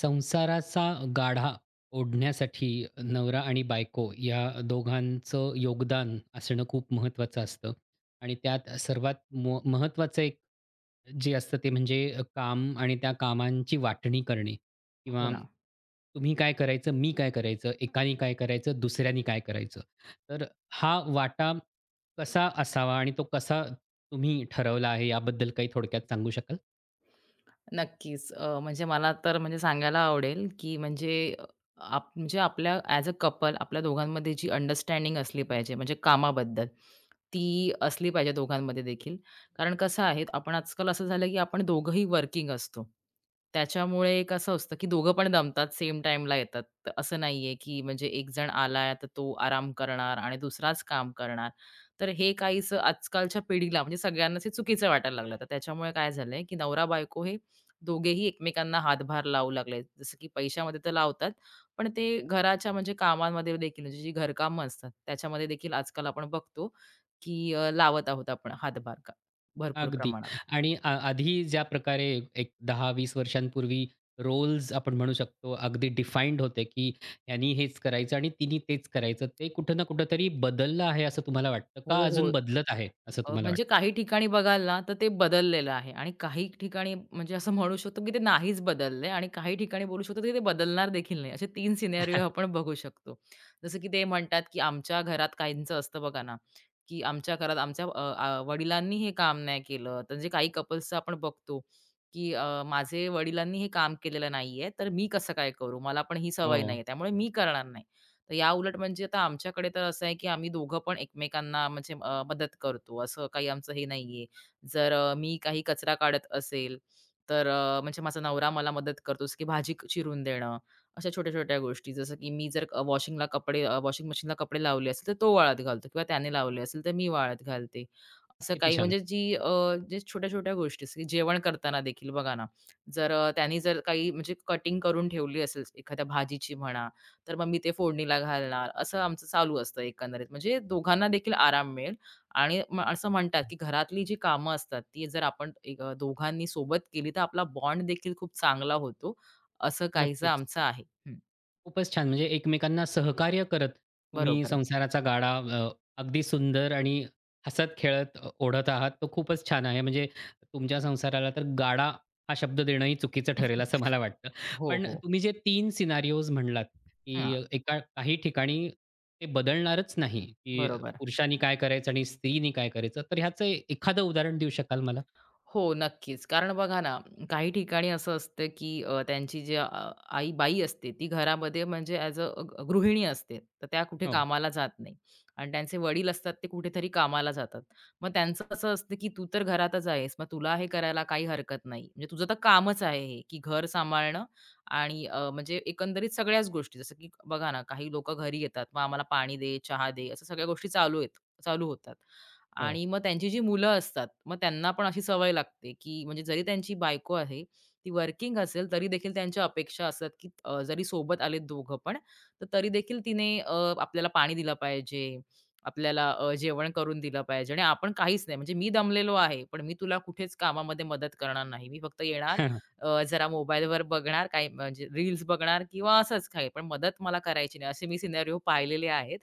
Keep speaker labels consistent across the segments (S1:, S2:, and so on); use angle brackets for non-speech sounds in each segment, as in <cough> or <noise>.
S1: संसाराचा गाढा ओढण्यासाठी नवरा आणि बायको या दोघांचं योगदान असणं खूप महत्त्वाचं असतं. आणि त्यात सर्वात महत्त्वाचं एक जे असतं ते म्हणजे काम आणि त्या कामांची वाटणी करणे
S2: हो
S1: किंवा
S2: ना.
S1: तुम्ही काय करायचं, मी काय करायचं, एकानी काय करायचं, दुसऱ्यानी काय करायचं. तर हा वाटा कसा असावा आणि तो कसा तुम्ही ठरवला आहे याबद्दल काही थोडक्यात सांगू शकाल?
S2: नक्कीच. म्हणजे मला तर म्हणजे सांगायला आवडेल, की म्हणजे आप म्हणजे आपल्या ॲज अ कपल आपल्या दोघांमध्ये जी अंडरस्टँडिंग असली पाहिजे, म्हणजे कामाबद्दल, ती असली पाहिजे दोघांमध्ये देखील. कारण कसं आहे, आपण आजकाल असं झालं, की आपण दोघंही वर्किंग असतो. त्याच्यामुळे कसं असतं, की दोघं पण दमतात, सेम टाईमला येतात. तर असं नाहीये, की म्हणजे एक जण आलाय, तर तो आराम करणार आणि दुसराच काम करणार. तर हे काहीसं आजकालच्या पिढीला म्हणजे सगळ्यांनाच हे चुकीचं वाटायला लागलं. तर त्याच्यामुळे काय झालंय, की नवरा-बायको हे दोघेही एकमेकांना हातभार लावू लागले. जसं की पैशामध्ये तर लावतात, पण ते घराच्या म्हणजे कामांमध्ये देखील म्हणजे जी घरकामं असतात, त्याच्यामध्ये देखील आजकाल आपण बघतो, की लावत आहोत आपण हातभार का भरपूर
S1: अगदी.
S2: प्रमाणात.
S1: आणि आधी ज्या प्रकारे एक 10-20 वर्षांपूर्वी रोल्स आपण म्हणू शकतो, अगदी डिफाईन्ड होते, की ह्यानी हेच करायचं आणि तिनी तेच करायचं. ते कुठं ना कुठेतरी बदललं आहे असं तुम्हाला वाटतं का
S2: हो, हो.
S1: अजून बदलत आहे असं तुम्हाला
S2: म्हणजे
S1: वाटतं?
S2: काही ठिकाणी बघाल ना, तर ते बदललेलं आहे आणि काही ठिकाणी म्हणजे असं म्हणू शकतो, की ते नाहीच बदललंय आणि काही ठिकाणी बोलू शकतो, की ते बदलणार देखील नाही. असे 3 सिनेरिओ
S1: <laughs>
S2: आपण बघू शकतो. जसं की ते म्हणतात, की आमच्या घरात काहींचं असतं बघा ना, की आमच्या घरात आमच्या वडिलांनी हे काम नाही केलं. तर जे काही कपल्सचं आपण बघतो, की माझे वडिलांनी हे काम केलेलं नाहीये, तर मी कसं काय करू? मला पण ही सवय
S1: हो,
S2: नाहीये, त्यामुळे मी करणार नाही. तर या उलट म्हणजे आता आमच्याकडे तर असं आहे, की आम्ही दोघं पण एकमेकांना म्हणजे मदत करतो. असं काही आमचं हे नाहीये. जर मी काही कचरा काढत असेल, तर म्हणजे माझा नवरा मला मदत करतो, जसं की भाजी चिरून देणं, अशा छोट्या-छोट्या गोष्टी. जसं की मी जर वॉशिंग मशीनला कपडे लावले असतील, तर तो वाळत घालतो किंवा त्याने लावले असेल, तर मी वाळत घालते. असं
S1: किती
S2: काही
S1: छान.
S2: म्हणजे जे छोट्या-छोट्या गोष्टी असतील. जेवण करताना देखील बघा ना, जर त्यानी जर काही म्हणजे कटिंग करून ठेवली असेल एखाद्या भाजीची म्हणा तर मग मी ते फोडणीला घालणार, असं आमचं चालू असतं एकंदरीत. म्हणजे दोघांना देखील आराम मिळेल आणि असं म्हणतात, की घरातली जी कामं असतात, ती जर आपण दोघांनी सोबत केली, तर आपला बॉन्ड देखील खूप चांगला होतो, असं काहीसं
S1: नक्कीच.
S2: आमचं आहे. हं,
S1: खूपच छान. म्हणजे एकमेकांना सहकार्य करत तुम्ही
S2: बरोबर.
S1: संसाराचा गाडा अगदी सुंदर आणि हसत-खेळत ओढत आहात. तो खूपच छान आहे. म्हणजे तुमच्या संसाराला तर गाडा हा शब्द देणंही चुकीचं ठरेल असं
S2: <laughs>
S1: मला वाटतं.
S2: हो,
S1: पण
S2: हो.
S1: तुम्ही जे तीन सिनारिओज म्हणलात, की
S2: हां,
S1: एका काही ठिकाणी ते बदलणारच नाही, की
S2: बरोबर.
S1: पुरुषांनी काय करायचं आणि स्त्रीनी काय करायचं. तर ह्याचं एखादं उदाहरण देऊ शकाल मला?
S2: हो, नक्कीच. कारण बघा ना, काही ठिकाणी असं असतं, की आई बाई असते, ती घरामध्ये म्हणजे ॲज अ गृहिणी असते. तर त्या कुठे
S1: हो,
S2: कामाला जात नाही आणि त्यांचे वडील असतात, ते कुठेतरी कामाला जातात. मग त्यांचं असं असतं, की तू तर घरातच आहेस, मग तुला हे करायला काही हरकत नाही. म्हणजे तुझं तर कामच आहे हे, की घर सांभाळणं आणि म्हणजे एकंदरीत सगळ्याच गोष्टी. जसं की बघा ना, काही लोकं घरी येतात, मग आम्हाला पाणी दे, चहा दे, असं सगळ्या गोष्टी चालू होतात.
S1: हो.
S2: आणि मग त्यांची जी मुलं असतात, मग त्यांना पण अशी सवय लागते, की म्हणजे जरी त्यांची बायको आहे, ती वर्किंग असेल तरी देखील त्यांच्या अपेक्षा असतात, की जरी सोबत आलेत दोघं पण, तर तरी देखील तिने आपल्याला पाणी दिलं पाहिजे, आपल्याला जेवण करून दिलं पाहिजे आणि आपण काहीच नाही. म्हणजे मी दमलेलो आहे, पण मी तुला कुठेच कामामध्ये मदत करणार नाही. मी फक्त येणार,
S1: <laughs>
S2: जरा मोबाईलवर बघणार, काही म्हणजे रील्स बघणार किंवा असंच काही, पण मदत मला करायची नाही. असे मी सिनेरिओ पाहिलेले आहेत.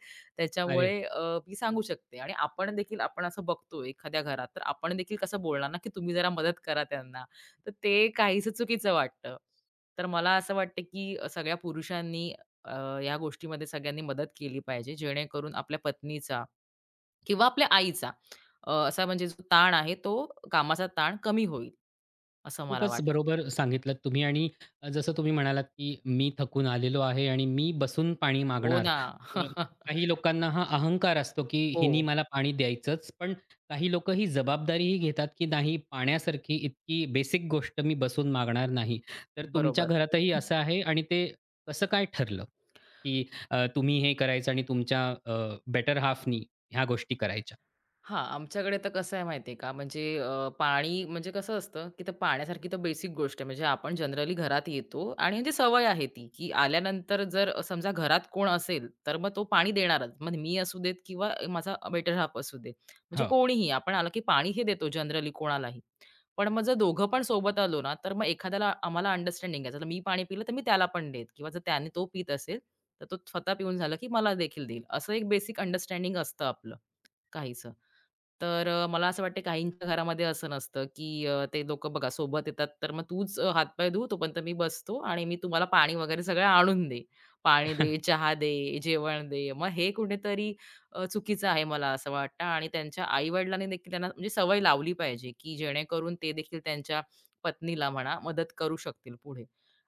S1: अरे
S2: त्याच्यामुळे मी सांगू शकते आणि आपण देखील असं बघतो एखाद्या घरात, तर आपण देखील कसं बोलणार ना, की तुम्ही जरा मदत करा त्यांना. तर ते काहीसं चुकीचं वाटतं. तर मला असं वाटतं, की सगळ्या पुरुषांनी अ, या गोष्टीमध्ये सगळ्यांनी मदत केली पाहिजे, जेणेकरून आपल्या पत्नीचा किंवा आपल्या आईचा असा म्हणजे जो ताण आहे, तो कामाचा ताण कमी होईल, असं मला
S1: खूपच
S2: वाटतं.
S1: बरोबर सांगितलंत तुम्ही आणि जसं तुम्ही म्हणालात, की "मी थकून आलेलो आहे आणि मी बसून पाणी
S2: हो
S1: मागणार."
S2: ना.
S1: तर काही
S2: <laughs>
S1: लोकांना हा अहंकार असतो, की "हिनी
S2: हो,
S1: मला पाणी द्यायचंच." पण काही लोकं ही जबाबदारीही घेतात, की "नाही, पाण्यासारखी इतकी बेसिक गोष्ट मी बसून मागणार नाही." तर तुमच्या
S2: बरोबर.
S1: घरातही असं आहे आणि ते कसं काय ठरलं, की तुम्ही हे करायचं आणि तुमच्या बेटर हाल्फनी ह्या गोष्टी करायच्या?
S2: हां, आमच्याकडे तर कसं आहे माहिती आहे का, म्हणजे पाणी म्हणजे कसं असतं, की तर पाण्यासारखी तर बेसिक गोष्ट आहे. म्हणजे आपण जनरली घरात येतो आणि म्हणजे सवय आहे ती, की आल्यानंतर जर समजा घरात कोण असेल, तर मग तो पाणी देणारच. मग मी असू देत किंवा माझा बेटर हाल्फ असू दे. म्हणजे
S1: हो,
S2: कोणीही आपण आलं की पाणी हे देतो जनरली कोणालाही. पण मग जर दोघं पण सोबत आलो ना, तर मग एखाद्याला आम्हाला अंडरस्टँडिंग आहे. जर मी पाणी पिलं, तर मी त्याला पण देईन किंवा जर त्याने तो पीत असेल, तर तो स्वतः पिऊन झाला की मला देखील देईल. असं एक बेसिक अंडरस्टँडिंग असतं आपलं. काहीचं. तर मला असं वाटतं काहींच्या घरामध्ये असं नसतं, की ते लोकं बघा सोबत येतात, तर मग तूच हातपाय धुव, तोपर्यंत मी बसतो आणि मी तुम्हाला पाणी वगैरे सगळं आणून दे. पाणी दे, चहा दे, जेवण दे. मग हे कुठेतरी चुकीचं आहे मला असं वाटतं आणि त्यांच्या आई-वडिलांनी देखील त्यांना म्हणजे सवय लावली पाहिजे, की जेणेकरून ते देखील त्यांच्या पत्नीला म्हणा मदत करू शकतील पुढे.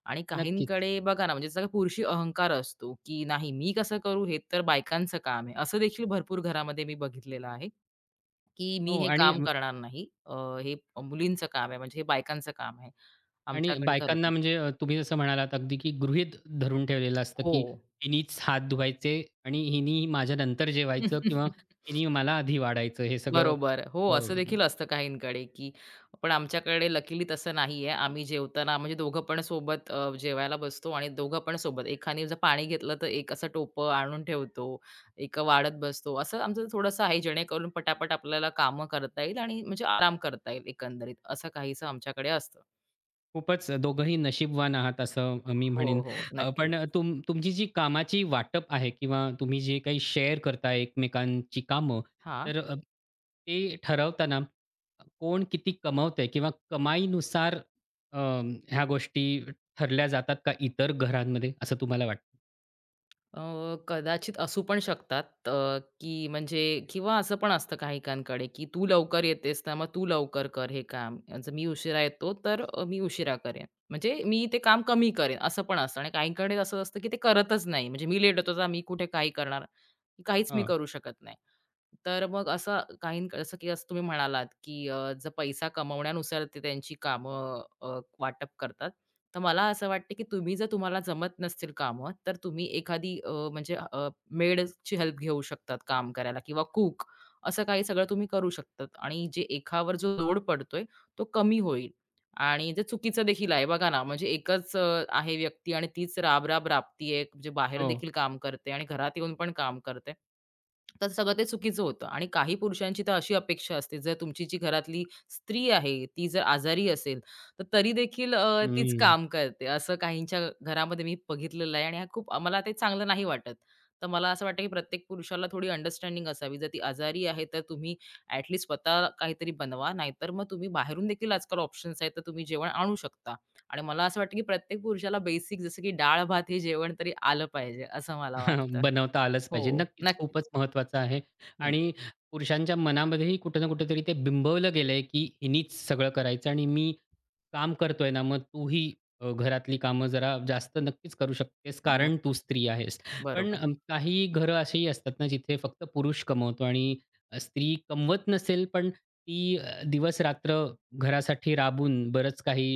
S2: आणि
S1: नक्कीच.
S2: काहींकडे बघा ना, म्हणजे जसा पुरुषी अहंकार असतो, की नाही मी कसं करू हे तर बायकांचं काम आहे. असं देखील भरपूर घरामध्ये मी बघितलेलं आहे, की मी
S1: हो
S2: हे
S1: आणि
S2: काम करणार नाही. हे मुलींचं काम आहे, म्हणजे हे बायकांचं काम आहे.
S1: आणि
S2: आमच्याकडे करत
S1: बायकांना
S2: नाही.
S1: म्हणजे तुम्ही जसं म्हणालात अगदी की गृहीत धरून ठेवलेलं असतं,
S2: हो.
S1: की हिनीच हात धुवायचे आणि हिनी माझ्यानंतर जेवायचं किंवा
S2: <laughs>
S1: हिनी मला आधी वाढायचं हे सगळं
S2: बरोबर. हो, असं देखील असतं काहींकडे, की पण आमच्याकडे लकीली तसं नाहीये. आम्ही जेवताना म्हणजे दोघं पण सोबत जेवायला बसतो आणि दोघं पण सोबत. एकाने जर पाणी घेतलं, तर एक असं टोपं आणून ठेवतो, एक वाढत बसतो. असं आमचं थोडंसं आहे, जेणेकरून पटापट आपल्याला कामं करता येईल आणि म्हणजे आराम करता येईल एकंदरीत. असं काहीसं आमच्याकडे असतं.
S1: खूपच दोघंही नशीबवान आहात असं मी
S2: हो,
S1: म्हणेन.
S2: हो. नक्कीच.
S1: पण तुमची जी कामाची वाटप आहे किंवा तुम्ही जे काही शेअर करता एकमेकांची कामं,
S2: हां.
S1: तर ते ठरवताना कोण किती कमवतंय किंवा कमाईनुसार अ, ह्या गोष्टी ठरल्या जातात का इतर घरांमध्ये असं तुम्हाला वाटतं?
S2: अ, कदाचित असू पण शकतात, की म्हणजे किंवा असं पण असतं काही काहींकडे की तू लवकर येतेस ना मग तू लवकर कर हे काम जर मी उशिरा येतो तर मी उशिरा करेन म्हणजे मी ते काम कमी करेन असं पण असतं आणि काहींकडे असं असतं की ते करतच नाही म्हणजे मी लेट होतो तर मी कुठे काही करणार काहीच मी
S1: हं,
S2: करू शकत नाही तर मग असं काही जसं की असं तुम्ही म्हणालात की जर पैसा कमवण्यानुसार ते त्यांची कामं वाटप करतात तर मला असं वाटतं, की तुम्ही जर तुम्हाला जमत नसतील कामं, तर तुम्ही एखादी मेडची हेल्प घेऊ शकतात काम करायला किंवा कूक असं काही सगळं तुम्ही करू शकतात आणि जे एकावर जो लोड पडतोय तो कमी होईल आणि जे चुकीचं देखील आहे बघा ना, म्हणजे एकच आहे व्यक्ती आणि तीच राब-राब राबतीये, म्हणजे बाहेर
S1: हो.
S2: देखील काम करते आणि घरात येऊन पण काम करते. तर सगळं ते चुकीचं होतं आणि काही पुरुषांची तर अशी अपेक्षा असते, जर तुमची जी घरातली स्त्री आहे, ती जर आजारी असेल, तर तरी देखील तीच काम करते. असं काहींच्या घरामध्ये मी बघितलेलं आहे आणि हा खूप मला ते चांगलं नाही वाटत. तर मला असं वाटतं, की प्रत्येक पुरुषाला थोडी अंडरस्टँडिंग असावी. जर ती आजारी आहे, तर तुम्ही स्वतः काहीतरी बनवा. नाहीतर मग तुम्ही बाहेरून देखील आजकाल ऑप्शन्स आहेत, तर तुम्ही जेवण आणू शकता. आणि मला असं वाटतं, की प्रत्येक पुरुषाला बेसिक जसं की डाळ-भात हे जेवण तरी आलं पाहिजे, असं मला
S1: <laughs>
S2: वाटतं.
S1: बनवता आलंच पाहिजे.
S2: हो,
S1: नक्कीच
S2: नक्कीच.
S1: खूपच महत्वाचं आहे. आणि पुरुषांच्या मनामध्येही कुठे ना कुठेतरी ते बिंबवलं गेलंय, की हिनीच सगळं करायचं आणि मी काम करतोय ना, मग तूही घरातली कामं जरा जास्त नक्कीच करू शकतेस,
S2: हं.
S1: कारण तू स्त्री आहेस. पण
S2: बरोबर.
S1: काही घरं अशीही असतात ना, जिथे फक्त पुरुष कमवतो आणि स्त्री कमवत नसेल, पण ती दिवस-रात्र घरासाठी राबून बरंच काही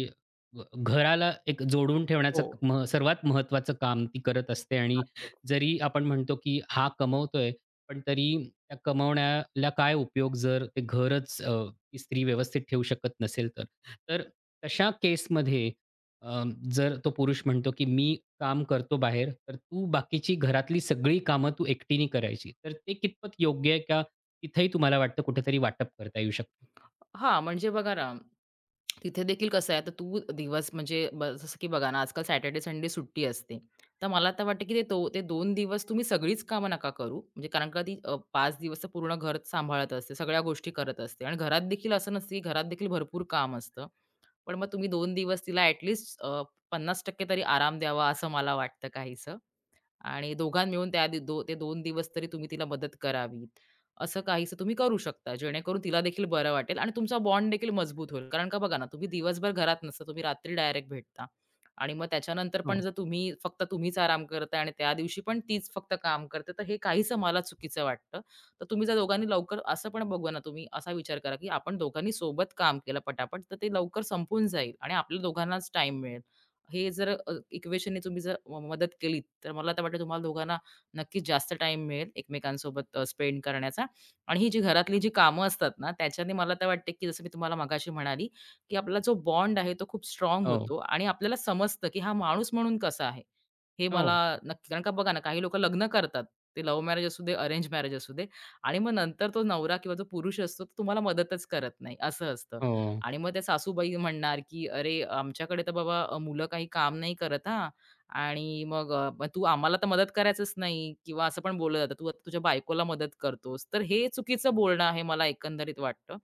S1: घराला एक जोडून
S2: हो,
S1: ठेवण्याचं सर्वात महत्वाचं काम ती करत असते. आणि
S2: नक्कीच.
S1: जरी आपण म्हणतो की हा कमवतोय, पण तरी त्या कमवण्याला काय उपयोग जर ते घरच ती स्त्री व्यवस्थित ठेवू शकत नसेल तर. तर तशा केसमध्ये अ, जर तो पुरुष म्हणतो की "मी काम करतो बाहेर, तर तू बाकीची घरातली सगळी कामं तू एकटीने करायची." तर ते कितपत योग्य आहे का? तिथेही तुम्हाला वाटतं कुठेतरी वाटप करता येऊ शकते.
S2: हां, म्हणजे बघा ना, तिथे देखील कसं आहे, आता तू दिवस म्हणजे ब जसं की बघा ना, आजकाल सॅटर्डे, संडे सुट्टी असते. तर मला तर वाटतं, की ते 2 दिवस तुम्ही सगळीच कामं नका करू. म्हणजे कारण का ती 5 दिवस तर पूर्ण घर सांभाळत असते, सगळ्या गोष्टी करत असते आणि घरात देखील असं नसतं, की घरात देखील भरपूर काम असतं. पण मग तुम्ही 2 दिवस तिला ॲट लीस्ट तरी आराम द्यावा, असं मला वाटतं काहीसं. आणि दोघां मिळून त्या दि दो ते दोन दिवस तरी तुम्ही तिला मदत करावी. असं काहीसं तुम्ही करू शकता, जेणेकरून तिला देखील बरं वाटेल आणि तुमचा बॉन्ड देखील मजबूत होईल. कारण का बघा ना, तुम्ही दिवसभर घरात नसता, तुम्ही रात्री डायरेक्ट भेटता आणि मग त्याच्यानंतर
S1: हो.
S2: पण जर तुम्ही फक्त तुम्हीच आराम करताय आणि त्या दिवशी पण तीच फक्त काम करते, तर हे काहीसं मला चुकीचं वाटतं. तर तुम्ही जर दोघांनी लवकर असं पण बघू ना, तुम्ही असा विचार करा, की आपण दोघांनी सोबत काम केलं पटापट, तर ते लवकर संपून जाईल आणि आपल्या दोघांनाच टाईम मिळेल. हे जर इक्वेशननी तुम्ही जर मदत केलीत, तर मला तर वाटतं तुम्हाला दोघांना नक्कीच जास्त टाईम मिळेल एकमेकांसोबत स्पेंड करण्याचा. आणि ही जी घरातली जी कामं असतात ना, त्याच्याने मला तर वाटतं, की जसं मी तुम्हाला मागाशी म्हणाली, की आपला जो बॉन्ड आहे तो खूप स्ट्रॉंग
S1: हो.
S2: होतो आणि आपल्याला समजतं, की हा माणूस म्हणून कसा आहे. हे मला
S1: हो.
S2: नक्की कारण का बघा ना, काही लोकं लग्न करतात. ते लव्ह मॅरेज असू दे, अरेंज मॅरेज असू दे आणि मग नंतर तो नवरा किंवा जो पुरुष असतो, तो तुम्हाला मदतच करत नाही, असं असतं.
S1: हो.
S2: आणि मग त्या सासूबाई म्हणणार, की "अरे, आमच्याकडे तर बाबा मुलं काही काम नाही करत हां. आणि मग मग तू आम्हाला तर मदत करायचंच नाही" किंवा असं पण बोललं जातं, "तू आता तुझ्या बायकोला मदत करतोस." तर हे चुकीचं बोलणं आहे मला एकंदरीत वाटतं.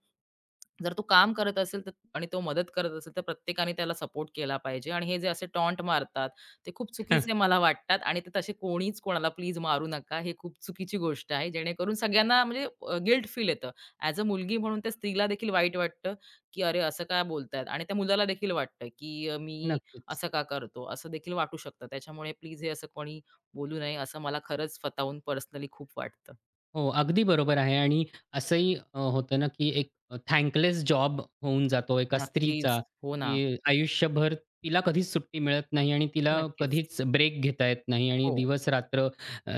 S2: जर तो काम करत असेल तर आणि तो मदत करत असेल, तर प्रत्येकाने त्याला सपोर्ट केला पाहिजे आणि हे जे असे टॉन्ट मारतात, ते खूप चुकीचे
S1: <laughs>
S2: मला वाटतात आणि ते तसे कोणीच कोणाला प्लीज मारू नका. हे खूप चुकीची गोष्ट आहे. जेणेकरून सगळ्यांना म्हणजे गिल्ट फील येतं. ॲज अ मुलगी म्हणून त्या स्त्रीला देखील वाईट वाटतं, की "अरे, असं का बोलतायत?" आणि त्या मुलाला देखील वाटतं, की "मी
S1: नक्कीच.
S2: असं का करतो?" असं देखील वाटू शकतं. त्याच्यामुळे प्लीज हे असं कोणी बोलू नये, असं मला खरंच स्वतःहून पर्सनली खूप वाटतं.
S1: हो, अगदी बरोबर आहे. आणि असंही होतं ना, की एक थँकलेस जॉब होऊन जातो एका
S2: नक्कीच.
S1: स्त्रीचा,
S2: हो ना.
S1: की आयुष्यभर तिला कधीच सुट्टी मिळत नाही आणि तिला
S2: नक्कीच.
S1: कधीच ब्रेक घेता येत नाही आणि
S2: हो.
S1: दिवस-रात्र अ,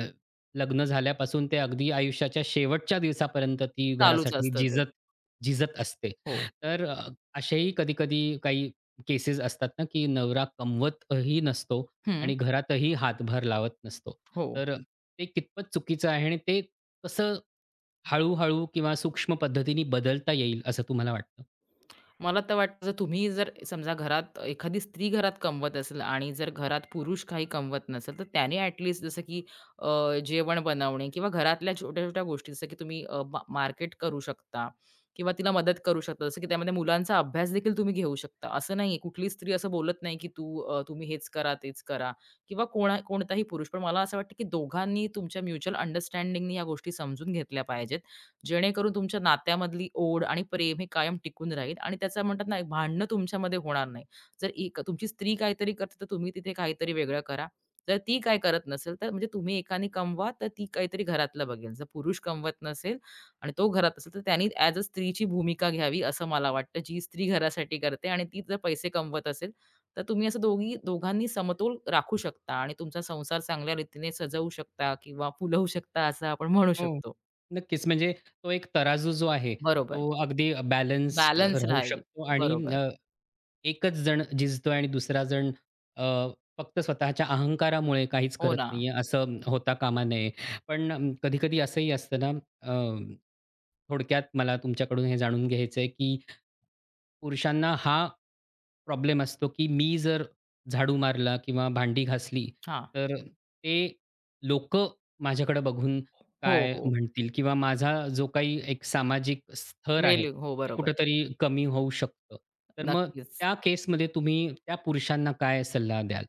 S1: लग्न झाल्यापासून ते अगदी आयुष्याच्या शेवटच्या दिवसापर्यंत ती
S2: चालूच
S1: घरासाठी
S2: असतं ते.
S1: झिजत झिजत असते.
S2: हो.
S1: तर असेही कधी-कधी काही केसेस असतात ना, की नवरा कमवतही नसतो
S2: हं.
S1: आणि घरातही हातभार लावत नसतो.
S2: हो.
S1: तर ते कितपत चुकीचं आहे आणि ते कसं हळू-हळू किंवा सूक्ष्म पद्धतीने बदलता येईल असं तुम्हाला वाटतं?
S2: मला तर वाटतं जर तुम्ही जर समजा घरात एखादी स्त्री घरात कमवत असेल आणि जर घरात पुरुष काही कमवत नसेल, तर त्याने ॲटलीस्ट जसं की अ, जेवण बनवणे किंवा घरातल्या छोट्या-छोट्या गोष्टी जसं की तुम्ही मार्केट करू शकता किंवा तिला मदत करू शकता. जसं की त्यामध्ये मुलांचा अभ्यास देखील तुम्ही घेऊ शकता. असं नाहीये कुठलीच स्त्री असं बोलत नाही, की तू तुम्ही हेच करा, तेच करा किंवा कोणा कोणताही पुरुष. पण मला असं वाटतं, की दोघांनी तुमच्या म्युच्युअल अंडरस्टँडिंगनी या गोष्टी समजून घेतल्या पाहिजेत जेणेकरून तुमच्या नात्यामधली ओढ आणि प्रेम हे कायम टिकून राहील आणि त्याचं म्हणतात ना, एक भांडणं तुमच्यामध्ये होणार नाही. जर एक तुमची स्त्री काहीतरी करते, तर तुम्ही तिथे काहीतरी वेगळं करा. जर ती काय करत नसेल, तर म्हणजे तुम्ही एकाने कमवा, तर ती काहीतरी घरातलं बघेल. जर पुरुष कमवत नसेल आणि तो घरात असेल, तर त्यांनी ॲज अ स्त्रीची भूमिका घ्यावी, असं मला वाटतं. जी स्त्री घरासाठी करते आणि ती जर पैसे कमवत असेल, तर तुम्ही असं दोघी दोघांनी समतोल राखू शकता आणि तुमचा संसार चांगल्या रीतीने सजवू शकता किंवा फुलवू शकता, असं आपण म्हणू
S1: हो.
S2: शकतो.
S1: नक्कीच. म्हणजे तो एक तराजू जो आहे, तो
S2: बरोबर.
S1: अगदी बॅलन्स्ड
S2: बॅलन्स
S1: राहू
S2: राहील.
S1: शकतो आणि
S2: बरोबर.
S1: एकच जण झिजतोय आणि दुसरा जण अ, फक्त स्वतःच्या अहंकारामुळे काहीच
S2: हो
S1: करत
S2: ना.
S1: नाहीये, असं होता कामा नये. पण कधी-कधी असंही असतं ना, अ थोडक्यात मला तुमच्याकडून हे जाणून घ्यायचं आहे, की पुरुषांना हा प्रॉब्लेम असतो, की मी जर झाडू मारला किंवा भांडी घासली,
S2: हां.
S1: तर ते लोकं माझ्याकडे बघून
S2: हो,
S1: काय
S2: हो.
S1: म्हणतील? किंवा माझा जो काही एक सामाजिक स्तर
S2: मेल
S1: आहे,
S2: हो,
S1: ते
S2: बरोबर.
S1: कुठेतरी कमी होऊ शकतं. तर मग
S2: नक्कीच.
S1: त्या केसमध्ये तुम्ही त्या पुरुषांना काय सल्ला द्याल?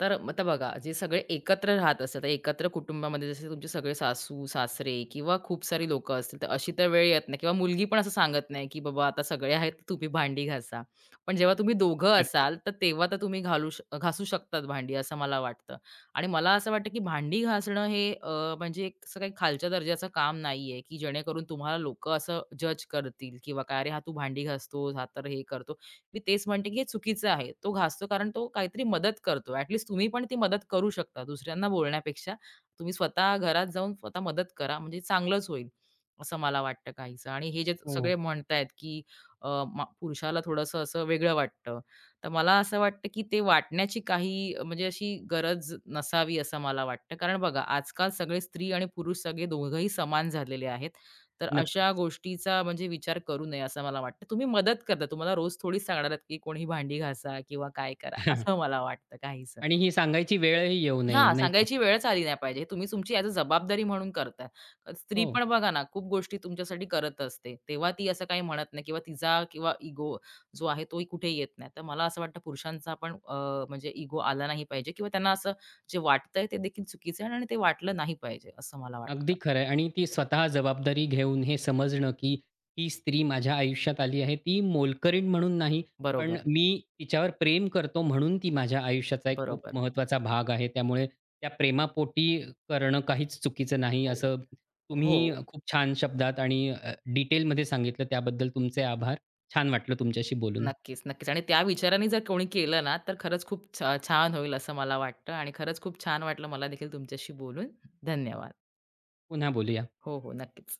S2: तर मग आता बघा, जे सगळे एकत्र राहत असतात, तर एकत्र कुटुंबामध्ये जसे तुमचे सगळे सासू-सासरे किंवा खूप सारी लोकं असतील, तर अशी तर वेळ येत नाही किंवा मुलगी पण असं सांगत नाही, की "बाबा आता सगळे आहेत, तर तुम्ही भांडी घासा." पण जेव्हा तुम्ही दोघं
S1: नक्कीच.
S2: असाल, तर तेव्हा तर तुम्ही घालू श घासू शकतात भांडी, असं मला वाटतं. आणि मला असं वाटतं, की भांडी घासणं हे म्हणजे एक असं काही खालच्या दर्जाचं काम नाही की जेणेकरून तुम्हाला लोकं असं जज करतील किंवा काय, "अरे, हा तू भांडी घासतोस, हा तर हे करतो." मी तेच म्हणते, की हे चुकीचं आहे. तो घासतो कारण तो काहीतरी मदत करतो. ॲट लीस्ट तुम्ही पण ती मदत करू शकता. दुसऱ्यांना बोलण्यापेक्षा तुम्ही स्वतः घरात जाऊन स्वतः मदत करा, म्हणजे चांगलंच होईल, असं मला वाटतं काहीसं. आणि हे जे
S1: हो,
S2: सगळे
S1: हो.
S2: म्हणतायत, की अ, पुरुषाला थोडंसं असं वेगळं वाटतं. तर मला असं वाटतं, की ते वाटण्याची काही म्हणजे अशी गरज नसावी असं मला वाटतं. कारण बघा आजकाल सगळे स्त्री आणि पुरुष सगळे दोघंही समान झालेले आहेत तर अशा
S1: नक्कीच.
S2: गोष्टीचा म्हणजे विचार करू नये असं मला वाटतं. तुम्ही मदत करता. तुम्हाला रोज थोडीच सांगणार आहेत, की कोणी भांडी घासा किंवा काय करा, असं
S1: <laughs>
S2: मला वाटतं काहीसं.
S1: आणि ही सांगायची वेळही येऊ नये,
S2: हां,
S1: नाही का?
S2: सांगायची वेळच आली नाही पाहिजे. तुम्ही तुमची ॲज अ जबाबदारी म्हणून करताय. स्त्री
S1: हो.
S2: पण बघा ना, खूप गोष्टी तुमच्यासाठी करत असते. तेव्हा ती असं काही म्हणत नाही किंवा तिचा किंवा इगो जो आहे तोही कुठे येत नाही. तर मला असं वाटतं पुरुषांचा पण म्हणजे इगो आला नाही पाहिजे किंवा त्यांना असं जे वाटतंय ते देखील चुकीचं आहे आणि ते वाटलं नाही पाहिजे असं मला वाटतं.
S1: अगदी खरं आहे. आणि ती स्वतः जबाबदारी घेऊन हे समजणं, की ही स्त्री माझ्या आयुष्यात आली आहे. ती मोलकरीण म्हणून नाही, पण
S2: बरोबर,
S1: मी तिच्यावर प्रेम करतो म्हणून ती माझ्या आयुष्याचा एक खूप
S2: बरोबर.
S1: महत्त्वाचा भाग आहे. त्यामुळे त्या प्रेमापोटी करणं काहीच चुकीचं नाही,
S2: हो,
S1: असं तुम्ही
S2: हो.
S1: खूप छान शब्दात आणि डिटेलमध्ये सांगितलं. त्याबद्दल तुमचे आभार. छान वाटलं तुमच्याशी बोलून.
S2: नक्कीच, नक्कीच. आणि त्या विचाराने जर कोणी केलं ना, तर खरंच खूप छान होईल असं मला वाटतं आणि खरंच खूप छान वाटलं मला देखील तुमच्याशी बोलून. धन्यवाद.
S1: पुन्हा बोलूया.
S2: हो, हो. नक्कीच.